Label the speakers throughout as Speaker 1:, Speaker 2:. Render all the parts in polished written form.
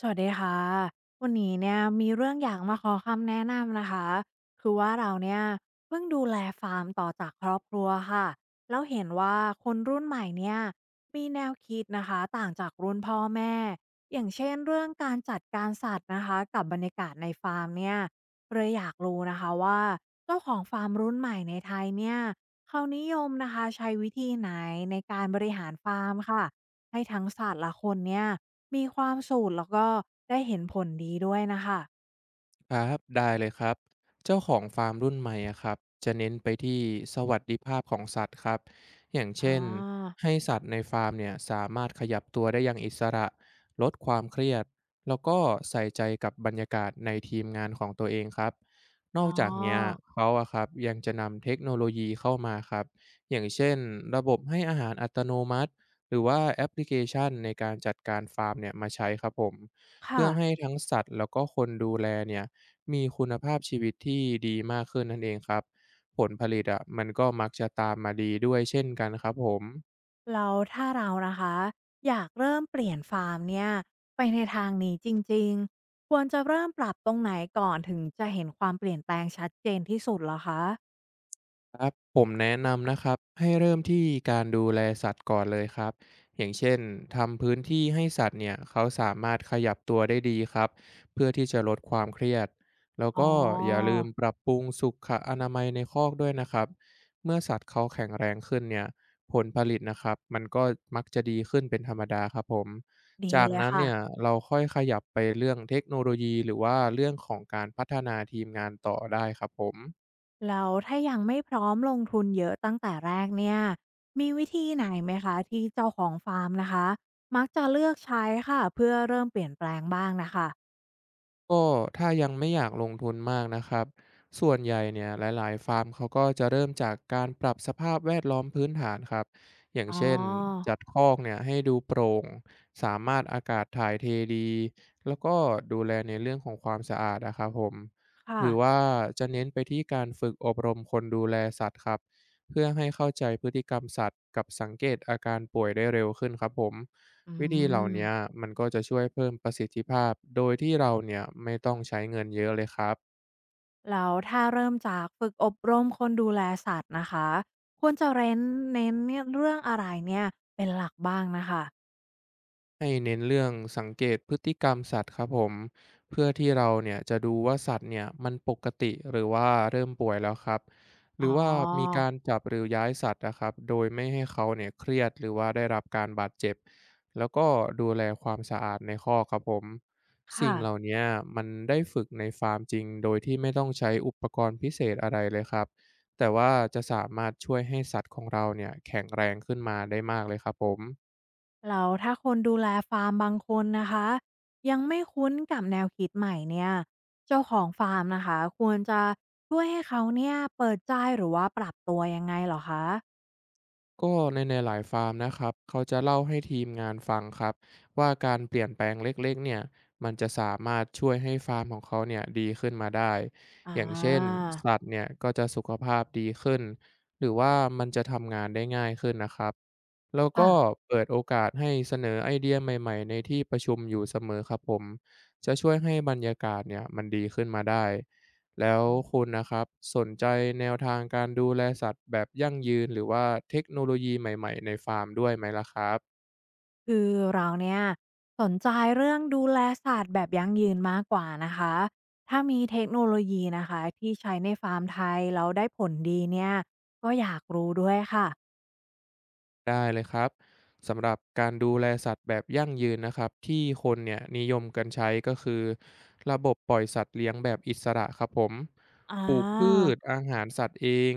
Speaker 1: สวัสดีค่ะวันนี้เนี่ยมีเรื่องอยากมาขอคำแนะนำนะคะคือว่าเราเนี่ยเพิ่งดูแลฟาร์มต่อจากครอบครัวค่ะแล้วเห็นว่าคนรุ่นใหม่เนี่ยมีแนวคิดนะคะต่างจากรุ่นพ่อแม่อย่างเช่นเรื่องการจัดการสัตว์นะคะกับบรรยากาศในฟาร์มเนี่ยเลยอยากรู้นะคะว่าเจ้าของฟาร์มรุ่นใหม่ในไทยเนี่ยเขานิยมนะคะใช้วิธีไหนในการบริหารฟาร์มค่ะ ให้ทั้งสัตว์ละคนเนี่ยมีความสูตรแล้วก็ได้เห็นผลดีด้วยนะคะ
Speaker 2: ครับได้เลยครับเจ้าของฟาร์มรุ่นใหม่อะครับจะเน้นไปที่สวัสดิภาพของสัตว์ครับอย่าง
Speaker 1: อ๋อ
Speaker 2: เช่นให้สัตว์ในฟาร์มเนี่ยสามารถขยับตัวได้อย่างอิสระลดความเครียดแล้วก็ใส่ใจกับบรรยากาศในทีมงานของตัวเองครับน
Speaker 1: อ๋
Speaker 2: อกจากเนี้ย
Speaker 1: อ
Speaker 2: เขาอะครับยังจะนำเทคโนโลยีเข้ามาครับอย่างเช่นระบบให้อาหารอัตโนมัติหรือว่าแอปพลิเคชันในการจัดการฟาร์มเนี่ยมาใช้ครับผมเพื่
Speaker 1: ค่ะ
Speaker 2: อให้ทั้งสัตว์แล้วก็คนดูแลเนี่ย มีคุณภาพชีวิตที่ดีมากขึ้นนั่นเองครับผลผลิตอะมันก็มักจะตามมาดีด้วยเช่นกันครับผม
Speaker 1: แล้วถ้าเรานะคะอยากเริ่มเปลี่ยนฟาร์มเนี่ยไปในทางนี้จริงๆ ควรจะเริ่มปรับตรงไหนก่อนถึงจะเห็นความเปลี่ยนแปลงชัดเจนที่สุดเหรอคะ
Speaker 2: ครับผมแนะนำนะครับให้เริ่มที่การดูแลสัตว์ก่อนเลยครับอย่างเช่นทำพื้นที่ให้สัตว์เนี่ยเขาสามารถขยับตัวได้ดีครับเพื่อที่จะลดความเครียดแล้ว
Speaker 1: อ๋อ
Speaker 2: ก็อย่าลืมปรับปรุงสุขอนามัยในคอกด้วยนะครับเมื่อสัตว์เขาแข็งแรงขึ้นเนี่ยผลผลิตนะครับมันก็มักจะดีขึ้นเป็นธรรมดาครับผม
Speaker 1: ดี
Speaker 2: จาก
Speaker 1: เลย
Speaker 2: นั้น
Speaker 1: ค่ะ
Speaker 2: เนี่ยเราค่อยขยับไปเรื่องเทคโนโลยีหรือว่าเรื่องของการพัฒนาทีมงานต่อได้ครับผม
Speaker 1: แล้วถ้ายังไม่พร้อมลงทุนเยอะตั้งแต่แรกเนี่ยมีวิธีไหนไหมคะที่เจ้าของฟาร์มนะคะมักจะเลือกใช้ค่ะเพื่อเริ่มเปลี่ยนแปลงบ้างนะคะ
Speaker 2: ก็ถ้ายังไม่อยากลงทุนมากนะครับส่วนใหญ่เนี่ยหลายๆฟาร์มเขาก็จะเริ่มจากการปรับสภาพแวดล้อมพื้นฐานครับอย่าง
Speaker 1: อ๋
Speaker 2: เช่น
Speaker 1: อ
Speaker 2: จัดคอกเนี่ยให้ดูโปร่งสามารถอากาศถ่ายเทดีแล้วก็ดูแลในเรื่องของความสะอาดนะครับผมห
Speaker 1: ค่ะ
Speaker 2: รือว่าจะเน้นไปที่การฝึกอบรมคนดูแลสัตว์ครับเพื่อให้เข้าใจพฤติกรรมสัตว์กับสังเกตอาการป่วยได้เร็วขึ้นครับผม
Speaker 1: อื
Speaker 2: วิธีเหล่า
Speaker 1: ม
Speaker 2: เนี้ยมันก็จะช่วยเพิ่มประสิทธิภาพโดยที่เราเนี่ยไม่ต้องใช้เงินเยอะเลยครับ
Speaker 1: แล้วถ้าเริ่มจากฝึกอบรมคนดูแลสัตว์นะคะควรจะเน้นเนี่ยเรื่องอะไรเนี่ยเป็นหลักบ้างนะคะ
Speaker 2: ให้เน้นเรื่องสังเกตพฤติกรรมสัตว์ครับผมเพื่อที่เราเนี่ยจะดูว่าสัตว์เนี่ยมันปกติหรือว่าเริ่มป่วยแล้วครับห
Speaker 1: อ๋อ
Speaker 2: รือว่ามีการจับหรือย้ายสัตว์นะครับโดยไม่ให้เขาเนี่ยเครียดหรือว่าได้รับการบาดเจ็บแล้วก็ดูแลความสะอาดในคอกครับผมสิ่
Speaker 1: ค่ะ
Speaker 2: งเหล่าเนี้ยมันได้ฝึกในฟาร์มจริงโดยที่ไม่ต้องใช้อุปกรณ์พิเศษอะไรเลยครับแต่ว่าจะสามารถช่วยให้สัตว์ของเราเนี่ยแข็งแรงขึ้นมาได้มากเลยครับผม
Speaker 1: แล้วถ้าคนดูแลฟาร์มบางคนนะคะยังไม่คุ้นกับแนวคิดใหม่เนี่ยเจ้าของฟาร์มนะคะควรจะช่วยให้เขาเนี่ยเปิดใจหรือว่าปรับตัวยังไงเหรอคะ
Speaker 2: ก็ในหลายฟาร์มนะครับเขาจะเล่าให้ทีมงานฟังครับว่าการเปลี่ยนแปลงเล็กๆเนี่ยมันจะสามารถช่วยให้ฟาร์มของเขาเนี่ยดีขึ้นมาได้
Speaker 1: อ่า
Speaker 2: อย่างเช่นสัตว์เนี่ยก็จะสุขภาพดีขึ้นหรือว่ามันจะทำงานได้ง่ายขึ้นนะครับแล้วก็
Speaker 1: ค่ะ
Speaker 2: เปิดโอกาสให้เสนอไอเดียใหม่ๆในที่ประชุมอยู่เสมอครับผมจะช่วยให้บรรยากาศเนี่ยมันดีขึ้นมาได้ แล้วคุณนะครับสนใจแนวทางการดูแลสัตว์แบบยั่งยืนหรือว่าเทคโนโลยีใหม่ๆในฟาร์มด้วยไหมล่ะครับ
Speaker 1: คือเราเนี่ยสนใจเรื่องดูแลศาสตร์แบบยั่งยืนมากกว่านะคะถ้ามีเทคโนโลยีนะคะที่ใช้ในฟาร์มไทยแล้วได้ผลดีเนี่ยก็อยากรู้ด้วยค่ะ
Speaker 2: ได้เลยครับสำหรับการดูแลสัตว์แบบยั่งยืนนะครับที่คนเนี่ยนิยมกันใช้ก็คือระบบปล่อยสัตว์เลี้ยงแบบอิสระครับผม
Speaker 1: อ่
Speaker 2: ปลูกพืช
Speaker 1: า
Speaker 2: อาหารสัตว์เอง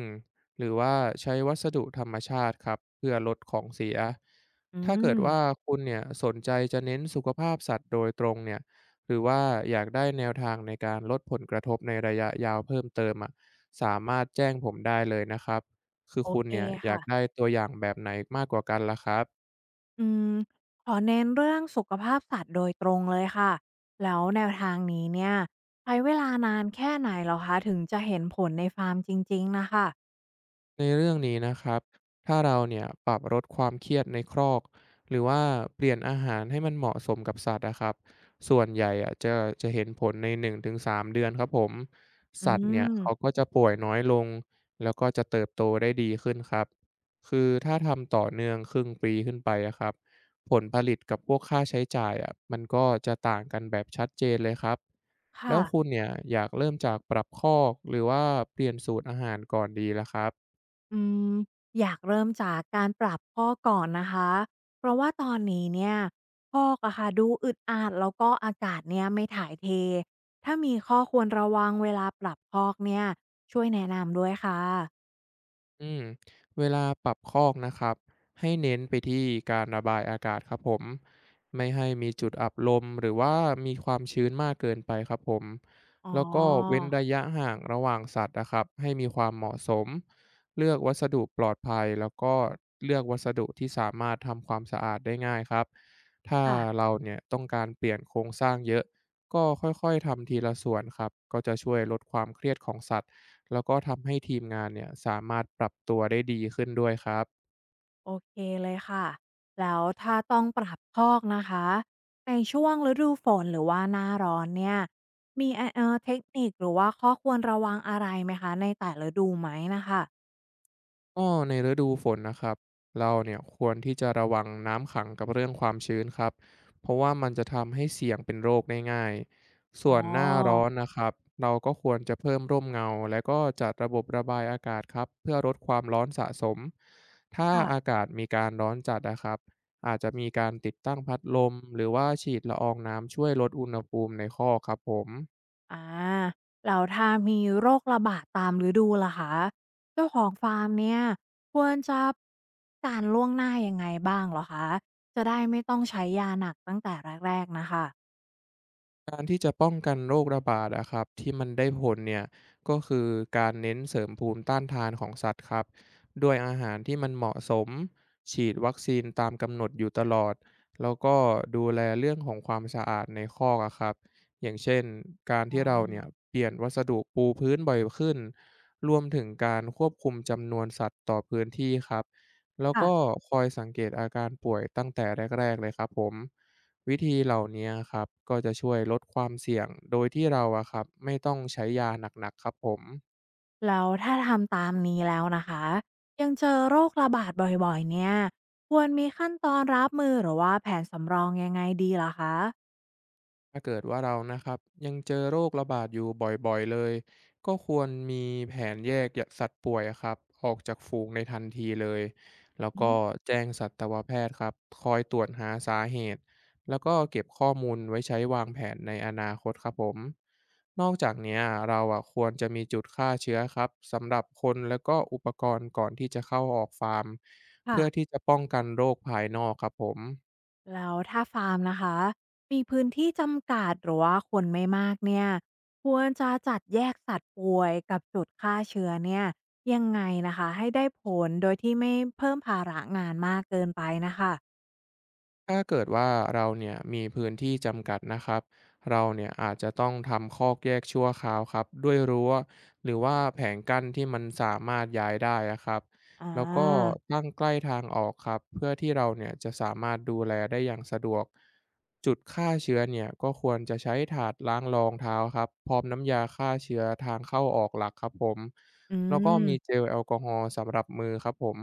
Speaker 2: หรือว่าใช้วัสดุธรรมชาติครับเพื่อลดของเสีย
Speaker 1: อื
Speaker 2: ถ้าเกิ
Speaker 1: ม
Speaker 2: ดว่าคุณเนี่ยสนใจจะเน้นสุขภาพสัตว์โดยตรงเนี่ยหรือว่าอยากได้แนวทางในการลดผลกระทบในระยะยาวเพิ่มเติมอ่ะสามารถแจ้งผมได้เลยนะครับ คือ
Speaker 1: โอ
Speaker 2: คุณ
Speaker 1: เค
Speaker 2: เนี่ยอยาก
Speaker 1: ค่ะ
Speaker 2: ได้ตัวอย่างแบบไหนมากกว่ากันล่ะครับ
Speaker 1: อืม ขอเน้นเรื่องสุขภาพสัตว์โดยตรงเลยค่ะ แล้วแนวทางนี้เนี่ยใช้เวลานานแค่ไหนเหรอคะถึงจะเห็นผลในฟาร์มจริงๆนะคะ
Speaker 2: ในเรื่องนี้นะครับถ้าเราเนี่ยปรับลดความเครียดในครอกหรือว่าเปลี่ยนอาหารให้มันเหมาะสมกับสัตว์นะครับส่วนใหญ่อะจะเห็นผลใน1-3เดือนครับผม
Speaker 1: อื
Speaker 2: สัตว์เนี่ย
Speaker 1: ม
Speaker 2: เขาก็จะป่วยน้อยลงแล้วก็จะเติบโตได้ดีขึ้นครับคือถ้าทำต่อเนื่องครึ่งปีขึ้นไปอะครับผลผลิตกับพวกค่าใช้จ่ายอะมันก็จะต่างกันแบบชัดเจนเลยครับ แล้
Speaker 1: ค่ะ
Speaker 2: วคุณเนี่ยอยากเริ่มจากปรับคอกหรือว่าเปลี่ยนสูตรอาหารก่อนดีล่ะครับ
Speaker 1: อืมอยากเริ่มจากการปรับข้อกก่อนนะคะ เพราะว่าตอนนี้เนี่ยคอกอะค่ะดูอึดอัดแล้วก็อากาศเนี่ยไม่ถ่ายเท ถ้ามีข้อควรระวังเวลาปรับคอกเนี่ยช่วยแนะนำด้วยค่ะ
Speaker 2: อืมเวลาปรับคอกนะครับให้เน้นไปที่การระบายอากาศครับผมไม่ให้มีจุดอับลมหรือว่ามีความชื้นมากเกินไปครับผม
Speaker 1: อ๋อ
Speaker 2: แล้วก็เว้นระยะห่างระหว่างสัตว์นะครับให้มีความเหมาะสมเลือกวัสดุปลอดภัยแล้วก็เลือกวัสดุที่สามารถทำความสะอาดได้ง่ายครับถ้า
Speaker 1: ค่ะ
Speaker 2: เราเนี่ยต้องการเปลี่ยนโครงสร้างเยอะก็ค่อยๆทำทีละส่วนครับก็จะช่วยลดความเครียดของสัตว์ แล้วก็ทำให้ทีมงานเนี่ยสามารถปรับตัวได้ดีขึ้นด้วยครับ
Speaker 1: โอเคเลยค่ะแล้วถ้าต้องปรับคอกนะคะในช่วงฤดูฝนหรือว่าหน้าร้อนเนี่ยมีเทคนิคหรือว่าข้อควรระวังอะไรไหมคะในแต่ละฤดูไหมนะคะ
Speaker 2: ก็ในฤดูฝนนะครับ เราเนี่ยควรที่จะระวังน้ำขังกับเรื่องความชื้นครับเพราะว่ามันจะทำให้เสี่ยงเป็นโรคได้ง่าย
Speaker 1: อ๋
Speaker 2: ส่วนหน้าร้อ
Speaker 1: อ
Speaker 2: นนะครับ เราก็ควรจะเพิ่มร่มเงาและก็จัดระบบระบายอากาศครับเพื่อลดความร้อนสะสม ถ้า
Speaker 1: ค่ะ
Speaker 2: อากาศมีการร้อนจัดนะครับอาจจะมีการติดตั้งพัดลมหรือว่าฉีดละอองน้ำช่วยลดอุณหภูมิในข้อกครับผม
Speaker 1: อ่าแล้วถ้ามีโรคระบาดตามฤดูล่ะคะเจ้าของฟาร์มเนี่ยควรจะการล่วงหน้ายังไงบ้างเหรอคะจะได้ไม่ต้องใช้ยาหนักตั้งแต่แรกๆนะคะ
Speaker 2: การที่จะป้องกันโรคระบาดอะครับที่มันได้ผลเนี่ยก็คือการเน้นเสริมภูมิต้านทานของสัตว์ครับด้วยอาหารที่มันเหมาะสมฉีดวัคซีนตามกำหนดอยู่ตลอดแล้วก็ดูแลเรื่องของความสะอาดในคอกอะครับอย่างเช่นการ
Speaker 1: อ๋
Speaker 2: ที่เรา
Speaker 1: อ
Speaker 2: เนี่ยเปลี่ยนวัสดุปูพื้นบ่อยขึ้นรวมถึงการควบคุมจำนวนสัตว์ต่อพื้นที่ครับแล้วก็
Speaker 1: ค่ะ
Speaker 2: คอยสังเกตอาการป่วยตั้งแต่แรกๆเลยครับผม วิธีเหล่าเนี้ยครับก็จะช่วยลดความเสี่ยงโดยที่เราอะครับไม่ต้องใช้ยาหนักๆครับผม
Speaker 1: แล้วถ้าทำตามนี้แล้วนะคะยังเจอโรคระบาดบ่อยๆเนี่ยควรมีขั้นตอนรับมือหรือว่าแผนสำรองยังไงดีล่ะคะ
Speaker 2: ถ้าเกิดว่าเรานะครับยังเจอโรคระบาดอยู่บ่อยๆเลยก็ควรมีแผนแยกสัตว์ป่วยอะครับออกจากฝูงในทันทีเลยแล้ว
Speaker 1: อื
Speaker 2: ก็
Speaker 1: ม
Speaker 2: แจ้งสัตวแพทย์ครับคอยตรวจหาสาเหตุแล้วก็เก็บข้อมูลไว้ใช้วางแผนในอนาคตครับผมนอกจากเนี้ยเราอะควรจะมีจุดฆ่าเชื้อครับสำหรับคนแล้วก็อุปกรณ์ก่อนที่จะเข้าออกฟาร์ม
Speaker 1: ค่ะ
Speaker 2: เพื่อที่จะป้องกันโรคภายนอกครับผม
Speaker 1: แล้วถ้าฟาร์มนะคะมีพื้นที่จำกัดหรือว่าคนไม่มากเนี่ยควรจะจัดแยกสัตว์ป่วยกับจุดฆ่าเชื้อเนี่ยยังไงนะคะให้ได้ผลโดยที่ไม่เพิ่มภาระงานมากเกินไปนะคะ
Speaker 2: ถ้าเกิดว่าเราเนี่ยมีพื้นที่จำกัดนะครับเราเนี่ยอาจจะต้องทำคอกแยกชั่วคราวครับด้วยรั้วหรือว่าแผงกั้นที่มันสามารถย้ายได้อะครับ
Speaker 1: อ่
Speaker 2: แล้วก็
Speaker 1: า
Speaker 2: ตั้งใกล้ทางออกครับเพื่อที่เราเนี่ยจะสามารถดูแลได้อย่างสะดวกจุดฆ่าเชื้อเนี่ยก็ควรจะใช้ถาดล้างรองเท้าครับพร้อมน้ำยาฆ่าเชื้อทางเข้าออกหลักครับผม
Speaker 1: อื
Speaker 2: แล้วก็มีเจ
Speaker 1: ม
Speaker 2: ลแอลกอฮอล์สำหรับมือครับผม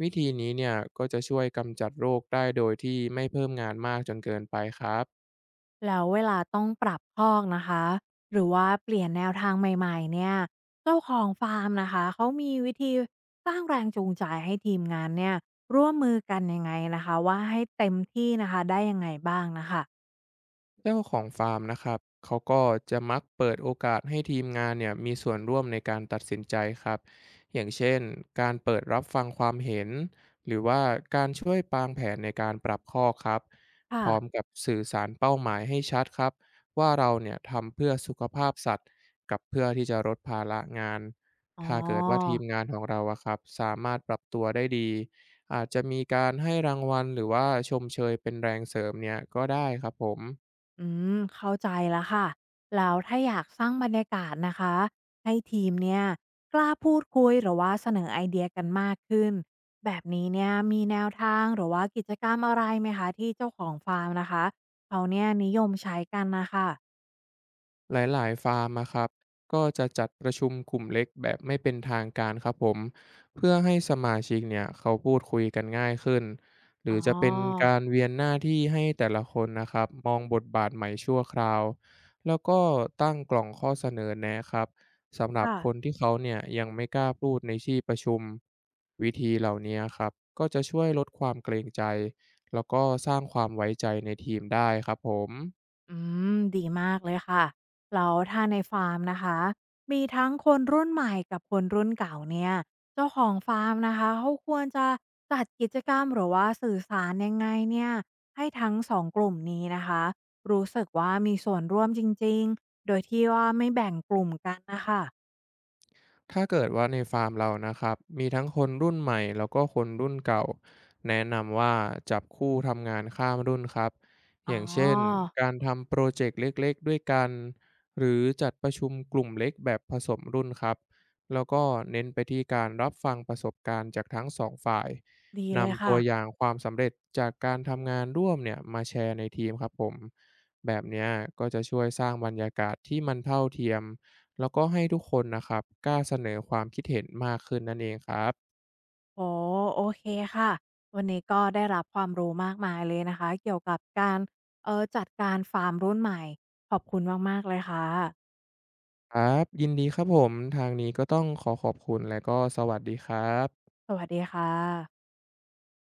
Speaker 2: วิธีนี้เนี่ยก็จะช่วยกำจัดโรคได้โดยที่ไม่เพิ่มงานมากจนเกินไปครับ
Speaker 1: แล้วเวลาต้องปรับคอกนะคะ หรือว่าเปลี่ยนแนวทางใหม่ๆเนี่ย เจ้าของฟาร์มนะคะ เขามีวิธีสร้างแรงจูงใจให้ทีมงานเนี่ยร่วมมือกันยังไงนะคะว่าให้เต็มที่นะคะได้ยังไงบ้างนะคะ
Speaker 2: เจ้าของฟาร์มนะครับเขาก็จะมักเปิดโอกาสให้ทีมงานเนี่ยมีส่วนร่วมในการตัดสินใจครับ อย่างเช่นการเปิดรับฟังความเห็นหรือว่าการช่วยปางแผนในการปรับข้อครับพ
Speaker 1: ค่ะ
Speaker 2: ร้อมกับสื่อสารเป้าหมายให้ชัดครับว่าเราเนี่ยทำเพื่อสุขภาพสัตว์กับเพื่อที่จะลดภาระงาน
Speaker 1: อ๋อ
Speaker 2: ถ้าเกิดว่าทีมงานของเราอะครับสามารถปรับตัวได้ดีอาจจะมีการให้รางวัลหรือว่าชมเชยเป็นแรงเสริมเนี่ยก็ได้ครับผม
Speaker 1: อืมเข้าใจแล้วค่ะแล้วถ้าอยากสร้างบรรยากาศนะคะให้ทีมเนี่ยกล้าพูดคุยหรือว่าเสนอไอเดียกันมากขึ้นแบบนี้เนี่ยมีแนวทางหรือว่ากิจกรรมอะไรไหมคะที่เจ้าของฟาร์มนะคะเขาเนี่ยนิยมใช้กันนะคะ
Speaker 2: หลายๆฟาร์มอะครับก็จะจัดประชุมกลุ่มเล็กแบบไม่เป็นทางการครับผมเพื่อให้สมาชิกเนี่ยเขาพูดคุยกันง่ายขึ้นหรื
Speaker 1: อ๋อ
Speaker 2: อจะเป็นการเวียนหน้าที่ให้แต่ละคนนะครับมองบทบาทใหม่ชั่วคราวแล้วก็ตั้งกล่องข้อเสนอแนะครับสำหรับ
Speaker 1: ค่ะ
Speaker 2: คนที่เขาเนี่ยยังไม่กล้าพูดในที่ประชุมวิธีเหล่านี้ครับก็จะช่วยลดความเกรงใจแล้วก็สร้างความไว้ใจในทีมได้ครับผม
Speaker 1: อืมดีมากเลยค่ะแล้วถ้าในฟาร์มนะคะมีทั้งคนรุ่นใหม่กับคนรุ่นเก่าเนี่ยเจ้าของฟาร์มนะคะเขาควรจะจัดกิจกรรมหรือว่าสื่อสารยังไงเนี่ยให้ทั้งสองกลุ่มนี้นะคะรู้สึกว่ามีส่วนร่วมจริงๆโดยที่ว่าไม่แบ่งกลุ่มกันนะคะ
Speaker 2: ถ้าเกิดว่าในฟาร์มเรานะครับมีทั้งคนรุ่นใหม่แล้วก็คนรุ่นเก่าแนะนำว่าจับคู่ทำงานข้ามรุ่นครับอ
Speaker 1: อ๋อ
Speaker 2: ย่างเช่นการทำโปรเจกต์เล็กๆด้วยกันหรือจัดประชุมกลุ่มเล็กแบบผสมรุ่นครับแล้วก็เน้นไปที่การรับฟังประสบการณ์จากทั้งสองฝ่าย
Speaker 1: ดีเลย
Speaker 2: นำตั
Speaker 1: ค่ะ
Speaker 2: วอย่างความสำเร็จจากการทำงานร่วมเนี่ยมาแชร์ในทีมครับผมแบบเนี้ยก็จะช่วยสร้างบรรยากาศที่มันเท่าเทียม แล้วก็ให้ทุกคนนะครับกล้าเสนอความคิดเห็นมากขึ้นนั่นเองครับ
Speaker 1: อ๋อโอเคค่ะวันนี้ก็ได้รับความรู้มากมายเลยนะคะเกี่ยวกับการจัดการฟาร์มรุ่นใหม่ขอบคุณมากๆเลยค่ะ
Speaker 2: ครับยินดีครับผมทางนี้ก็ต้องขอขอบคุณและก็สวัสดีครับ
Speaker 1: สวัสดีค่ะ